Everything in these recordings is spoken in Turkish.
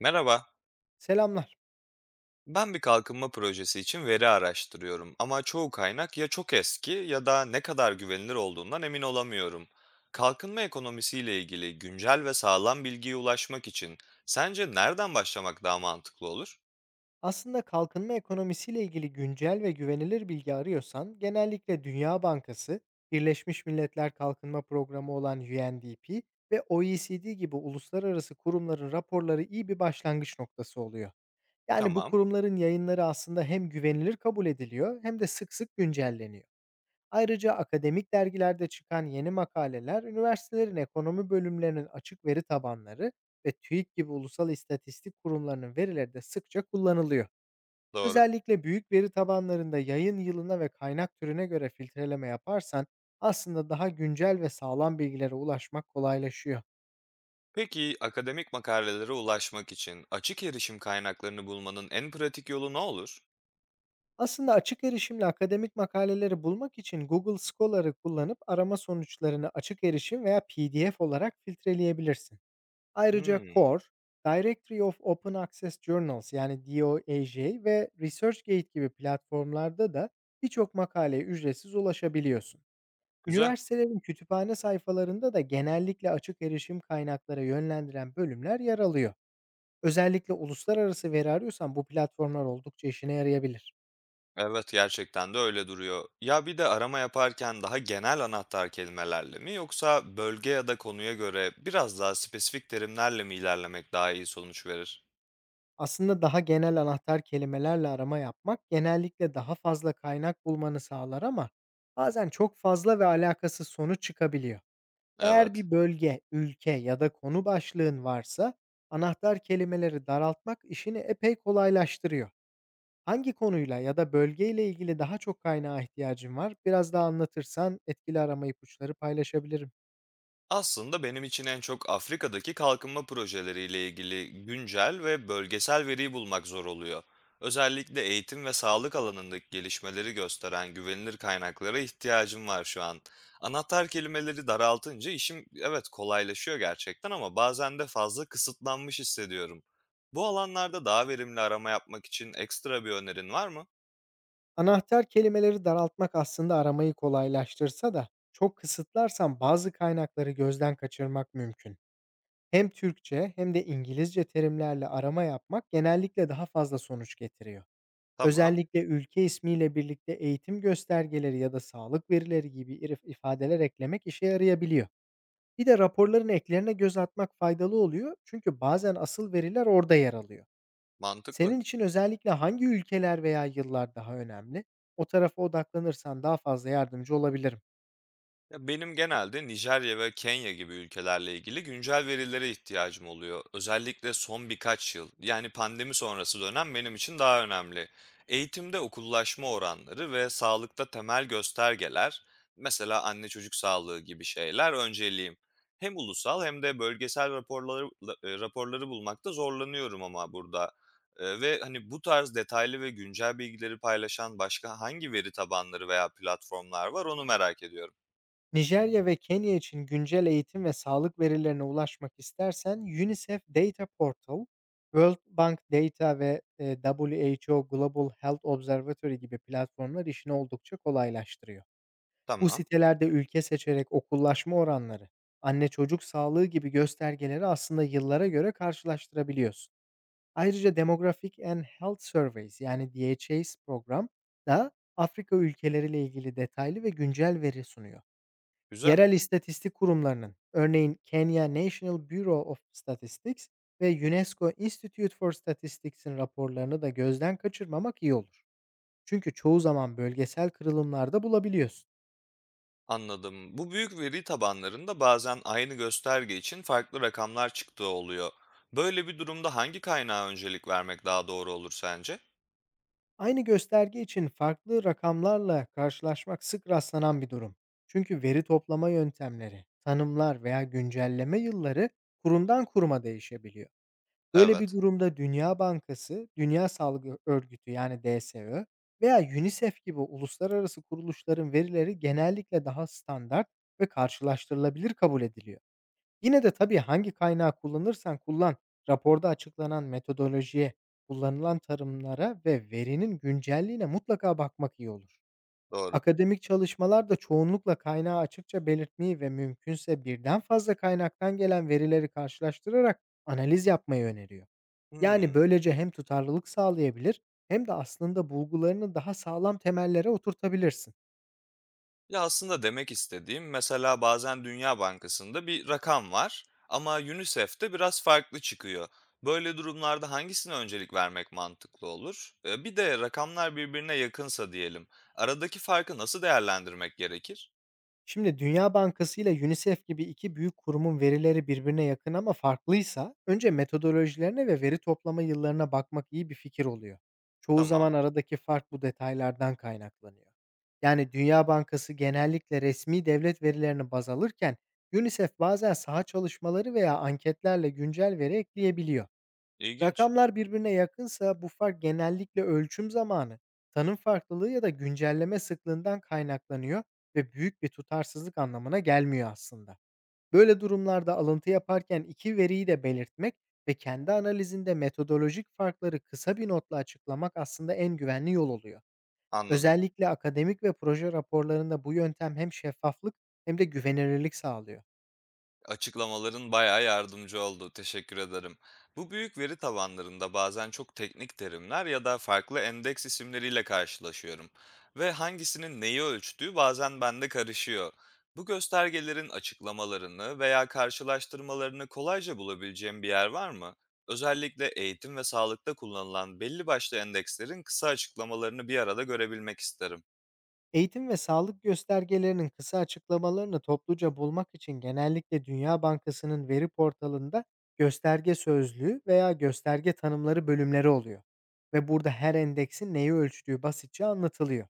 Merhaba. Selamlar. Ben bir kalkınma projesi için veri araştırıyorum ama çoğu kaynak ya çok eski ya da ne kadar güvenilir olduğundan emin olamıyorum. Kalkınma ekonomisiyle ilgili güncel ve sağlam bilgiye ulaşmak için sence nereden başlamak daha mantıklı olur? Aslında kalkınma ekonomisiyle ilgili güncel ve güvenilir bilgi arıyorsan genellikle Dünya Bankası, Birleşmiş Milletler Kalkınma Programı olan UNDP ve OECD gibi uluslararası kurumların raporları iyi bir başlangıç noktası oluyor. Yani bu Tamam, kurumların yayınları aslında hem güvenilir kabul ediliyor hem de sık sık güncelleniyor. Ayrıca akademik dergilerde çıkan yeni makaleler, üniversitelerin ekonomi bölümlerinin açık veri tabanları ve TÜİK gibi ulusal istatistik kurumlarının verileri de sıkça kullanılıyor. doğru. Özellikle büyük veri tabanlarında yayın yılına ve kaynak türüne göre filtreleme yaparsan aslında daha güncel ve sağlam bilgilere ulaşmak kolaylaşıyor. Peki akademik makalelere ulaşmak için açık erişim kaynaklarını bulmanın en pratik yolu ne olur? Aslında açık erişimli akademik makaleleri bulmak için Google Scholar'ı kullanıp arama sonuçlarını açık erişim veya PDF olarak filtreleyebilirsin. Ayrıca Hmm, CORE, Directory of Open Access Journals yani DOAJ ve ResearchGate gibi platformlarda da birçok makaleye ücretsiz ulaşabiliyorsun. güzel. Üniversitelerin kütüphane sayfalarında da genellikle açık erişim kaynaklara yönlendiren bölümler yer alıyor. Özellikle uluslararası veri arıyorsan bu platformlar oldukça işine yarayabilir. Evet, gerçekten de öyle duruyor. Ya bir de arama yaparken daha genel anahtar kelimelerle mi yoksa bölge ya da konuya göre biraz daha spesifik terimlerle mi ilerlemek daha iyi sonuç verir? Aslında daha genel anahtar kelimelerle arama yapmak genellikle daha fazla kaynak bulmanı sağlar, ama bazen çok fazla ve alakasız sonuç çıkabiliyor. Eğer Evet. bir bölge, ülke ya da konu başlığın varsa anahtar kelimeleri daraltmak işini epey kolaylaştırıyor. Hangi konuyla ya da bölgeyle ilgili daha çok kaynağa ihtiyacın var? Biraz daha anlatırsan etkili arama ipuçları paylaşabilirim. Aslında benim için en çok Afrika'daki kalkınma projeleriyle ilgili güncel ve bölgesel veriyi bulmak zor oluyor. Özellikle eğitim ve sağlık alanındaki gelişmeleri gösteren güvenilir kaynaklara ihtiyacım var şu an. Anahtar kelimeleri daraltınca işim evet kolaylaşıyor gerçekten ama bazen de fazla kısıtlanmış hissediyorum. Bu alanlarda daha verimli arama yapmak için ekstra bir önerin var mı? Anahtar kelimeleri daraltmak aslında aramayı kolaylaştırsa da çok kısıtlarsan bazı kaynakları gözden kaçırmak mümkün. Hem Türkçe hem de İngilizce terimlerle arama yapmak genellikle daha fazla sonuç getiriyor. Tamam, Özellikle ülke ismiyle birlikte eğitim göstergeleri ya da sağlık verileri gibi irif ifadeler eklemek işe yarayabiliyor. Bir de raporların eklerine göz atmak faydalı oluyor, çünkü bazen asıl veriler orada yer alıyor. mantıklı. Senin için özellikle hangi ülkeler veya yıllar daha önemli? O tarafa odaklanırsan daha fazla yardımcı olabilirim. Ya benim genelde Nijerya ve Kenya gibi ülkelerle ilgili güncel verilere ihtiyacım oluyor. Özellikle son birkaç yıl, yani pandemi sonrası dönem benim için daha önemli. Eğitimde okullaşma oranları ve sağlıkta temel göstergeler, mesela anne çocuk sağlığı gibi şeyler önceliğim. Hem ulusal hem de bölgesel raporları raporları bulmakta zorlanıyorum ama burada. Ve hani bu tarz detaylı ve güncel bilgileri paylaşan başka hangi veri tabanları veya platformlar var onu merak ediyorum. Nijerya ve Kenya için güncel eğitim ve sağlık verilerine ulaşmak istersen UNICEF Data Portal, World Bank Data ve WHO Global Health Observatory gibi platformlar işini oldukça kolaylaştırıyor. Bu Tamam, sitelerde ülke seçerek okullaşma oranları, anne çocuk sağlığı gibi göstergeleri aslında yıllara göre karşılaştırabiliyorsun. Ayrıca Demographic and Health Surveys yani DHS program da Afrika ülkeleriyle ilgili detaylı ve güncel veri sunuyor. güzel. Yerel istatistik kurumlarının, örneğin Kenya National Bureau of Statistics ve UNESCO Institute for Statistics'in raporlarını da gözden kaçırmamak iyi olur. Çünkü çoğu zaman bölgesel kırılımlarda bulabiliyorsun. Anladım. Bu büyük veri tabanlarında bazen aynı gösterge için farklı rakamlar çıktığı oluyor. Böyle bir durumda hangi kaynağa öncelik vermek daha doğru olur sence? Aynı gösterge için farklı rakamlarla karşılaşmak sık rastlanan bir durum. Çünkü veri toplama yöntemleri, tanımlar veya güncelleme yılları kurumdan kuruma değişebiliyor. Böyle bir Evet, durumda Dünya Bankası, Dünya Sağlık Örgütü yani DSÖ veya UNICEF gibi uluslararası kuruluşların verileri genellikle daha standart ve karşılaştırılabilir kabul ediliyor. Yine de tabii hangi kaynağı kullanırsan kullan, raporda açıklanan metodolojiye, kullanılan tarımlara ve verinin güncelliğine mutlaka bakmak iyi olur. doğru. Akademik çalışmalar da çoğunlukla kaynağı açıkça belirtmeyi ve mümkünse birden fazla kaynaktan gelen verileri karşılaştırarak analiz yapmayı öneriyor. Yani, Hmm. böylece hem tutarlılık sağlayabilir hem de aslında bulgularını daha sağlam temellere oturtabilirsin. Ya aslında demek istediğim mesela bazen Dünya Bankası'nda bir rakam var ama UNICEF'te biraz farklı çıkıyor. Böyle durumlarda hangisine öncelik vermek mantıklı olur? Bir de rakamlar birbirine yakınsa diyelim. Aradaki farkı nasıl değerlendirmek gerekir? Şimdi Dünya Bankası ile UNICEF gibi 2 büyük kurumun verileri birbirine yakın ama farklıysa önce metodolojilerine ve veri toplama yıllarına bakmak iyi bir fikir oluyor. Çoğu Tamam, zaman aradaki fark bu detaylardan kaynaklanıyor. Yani Dünya Bankası genellikle resmi devlet verilerini baz alırken UNICEF bazen saha çalışmaları veya anketlerle güncel veri ekleyebiliyor. ilginç. Rakamlar birbirine yakınsa bu fark genellikle ölçüm zamanı, tanım farklılığı ya da güncelleme sıklığından kaynaklanıyor ve büyük bir tutarsızlık anlamına gelmiyor aslında. Böyle durumlarda alıntı yaparken iki veriyi de belirtmek ve kendi analizinde metodolojik farkları kısa bir notla açıklamak aslında en güvenli yol oluyor. Anladım. Özellikle akademik ve proje raporlarında bu yöntem hem şeffaflık hem de güvenilirlik sağlıyor. Açıklamaların bayağı yardımcı oldu. Teşekkür ederim. Bu büyük veri tabanlarında bazen çok teknik terimler ya da farklı endeks isimleriyle karşılaşıyorum. Ve hangisinin neyi ölçtüğü bazen bende karışıyor. Bu göstergelerin açıklamalarını veya karşılaştırmalarını kolayca bulabileceğim bir yer var mı? Özellikle eğitim ve sağlıkta kullanılan belli başlı endekslerin kısa açıklamalarını bir arada görebilmek isterim. Eğitim ve sağlık göstergelerinin kısa açıklamalarını topluca bulmak için genellikle Dünya Bankası'nın veri portalında gösterge sözlüğü veya gösterge tanımları bölümleri oluyor. Ve burada her endeksin neyi ölçtüğü basitçe anlatılıyor.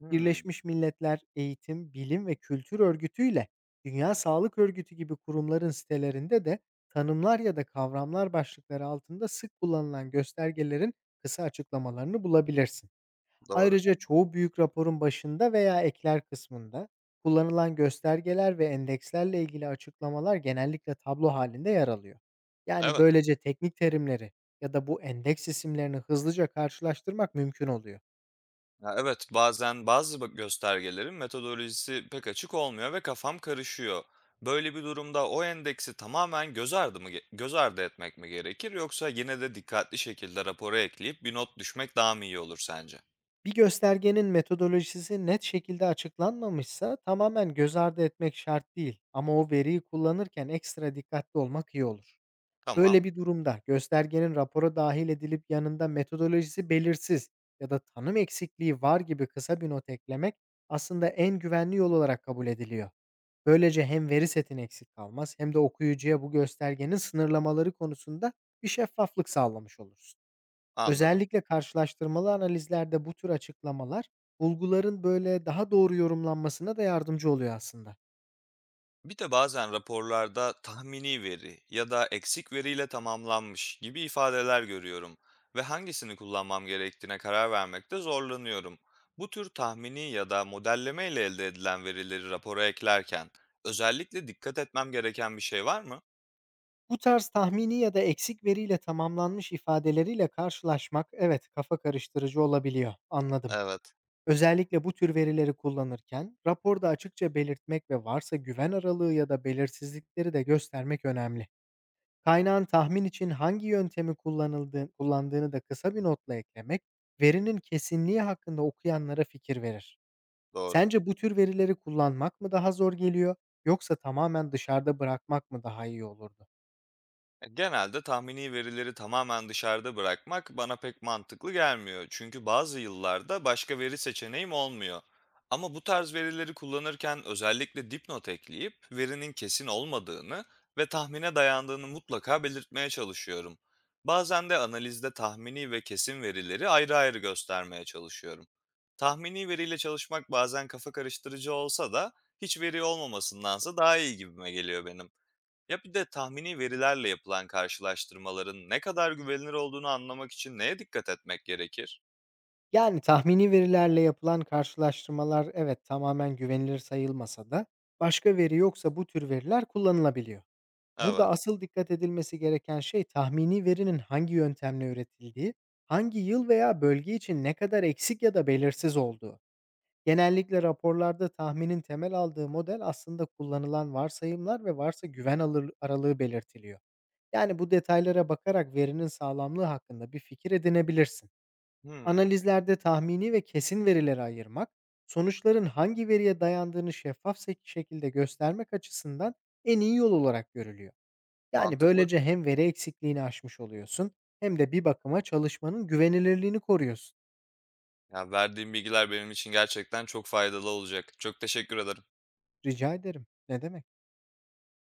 Hmm, Birleşmiş Milletler Eğitim, Bilim ve Kültür Örgütü ile Dünya Sağlık Örgütü gibi kurumların sitelerinde de tanımlar ya da kavramlar başlıkları altında sık kullanılan göstergelerin kısa açıklamalarını bulabilirsin. doğru. Ayrıca çoğu büyük raporun başında veya ekler kısmında kullanılan göstergeler ve endekslerle ilgili açıklamalar genellikle tablo halinde yer alıyor. Yani Evet. böylece teknik terimleri ya da bu endeks isimlerini hızlıca karşılaştırmak mümkün oluyor. Ya evet, bazen göstergelerin metodolojisi pek açık olmuyor ve kafam karışıyor. Böyle bir durumda o endeksi tamamen göz ardı etmek mi gerekir yoksa yine de dikkatli şekilde rapora ekleyip bir not düşmek daha mı iyi olur sence? Bir göstergenin metodolojisi net şekilde açıklanmamışsa tamamen göz ardı etmek şart değil, ama o veriyi kullanırken ekstra dikkatli olmak iyi olur. Tamam, Böyle bir durumda göstergenin rapora dahil edilip yanında "metodolojisi belirsiz" ya da "tanım eksikliği var" gibi kısa bir not eklemek aslında en güvenli yol olarak kabul ediliyor. Böylece hem veri setin eksik kalmaz hem de okuyucuya bu göstergenin sınırlamaları konusunda bir şeffaflık sağlamış olursun. anladım. Özellikle karşılaştırmalı analizlerde bu tür açıklamalar bulguların böyle daha doğru yorumlanmasına da yardımcı oluyor aslında. Bir de bazen raporlarda tahmini veri ya da eksik veriyle tamamlanmış gibi ifadeler görüyorum ve hangisini kullanmam gerektiğine karar vermekte zorlanıyorum. Bu tür tahmini ya da modelleme ile elde edilen verileri rapora eklerken özellikle dikkat etmem gereken bir şey var mı? Bu tarz tahmini ya da eksik veriyle tamamlanmış ifadeleriyle karşılaşmak, evet, kafa karıştırıcı olabiliyor. Anladım. Evet, Özellikle bu tür verileri kullanırken raporda açıkça belirtmek ve varsa güven aralığı ya da belirsizlikleri de göstermek önemli. Kaynağın tahmin için hangi yöntemi kullanıldığı, kullandığını da kısa bir notla eklemek verinin kesinliği hakkında okuyanlara fikir verir. doğru. Sence bu tür verileri kullanmak mı daha zor geliyor, yoksa tamamen dışarıda bırakmak mı daha iyi olurdu? Genelde tahmini verileri tamamen dışarıda bırakmak bana pek mantıklı gelmiyor. Çünkü bazı yıllarda başka veri seçeneğim olmuyor. Ama bu tarz verileri kullanırken özellikle dipnot ekleyip verinin kesin olmadığını ve tahmine dayandığını mutlaka belirtmeye çalışıyorum. Bazen de analizde tahmini ve kesin verileri ayrı ayrı göstermeye çalışıyorum. Tahmini veriyle çalışmak bazen kafa karıştırıcı olsa da hiç veri olmamasındansa daha iyi gibime geliyor benim. Ya bir de tahmini verilerle yapılan karşılaştırmaların ne kadar güvenilir olduğunu anlamak için neye dikkat etmek gerekir? Yani, tahmini verilerle yapılan karşılaştırmalar, evet, tamamen güvenilir sayılmasa da başka veri yoksa bu tür veriler kullanılabiliyor. Burada Evet. asıl dikkat edilmesi gereken şey tahmini verinin hangi yöntemle üretildiği, hangi yıl veya bölge için ne kadar eksik ya da belirsiz olduğu. Genellikle raporlarda tahminin temel aldığı model, aslında kullanılan varsayımlar ve varsa güven alır aralığı belirtiliyor. Yani bu detaylara bakarak verinin sağlamlığı hakkında bir fikir edinebilirsin. Hmm, Analizlerde tahmini ve kesin verilere ayırmak, sonuçların hangi veriye dayandığını şeffaf şekilde göstermek açısından en iyi yol olarak görülüyor. Yani mantıklı. böylece hem veri eksikliğini aşmış oluyorsun hem de bir bakıma çalışmanın güvenilirliğini koruyorsun. Ya verdiğim bilgiler benim için gerçekten çok faydalı olacak. Çok teşekkür ederim. Rica ederim. Ne demek?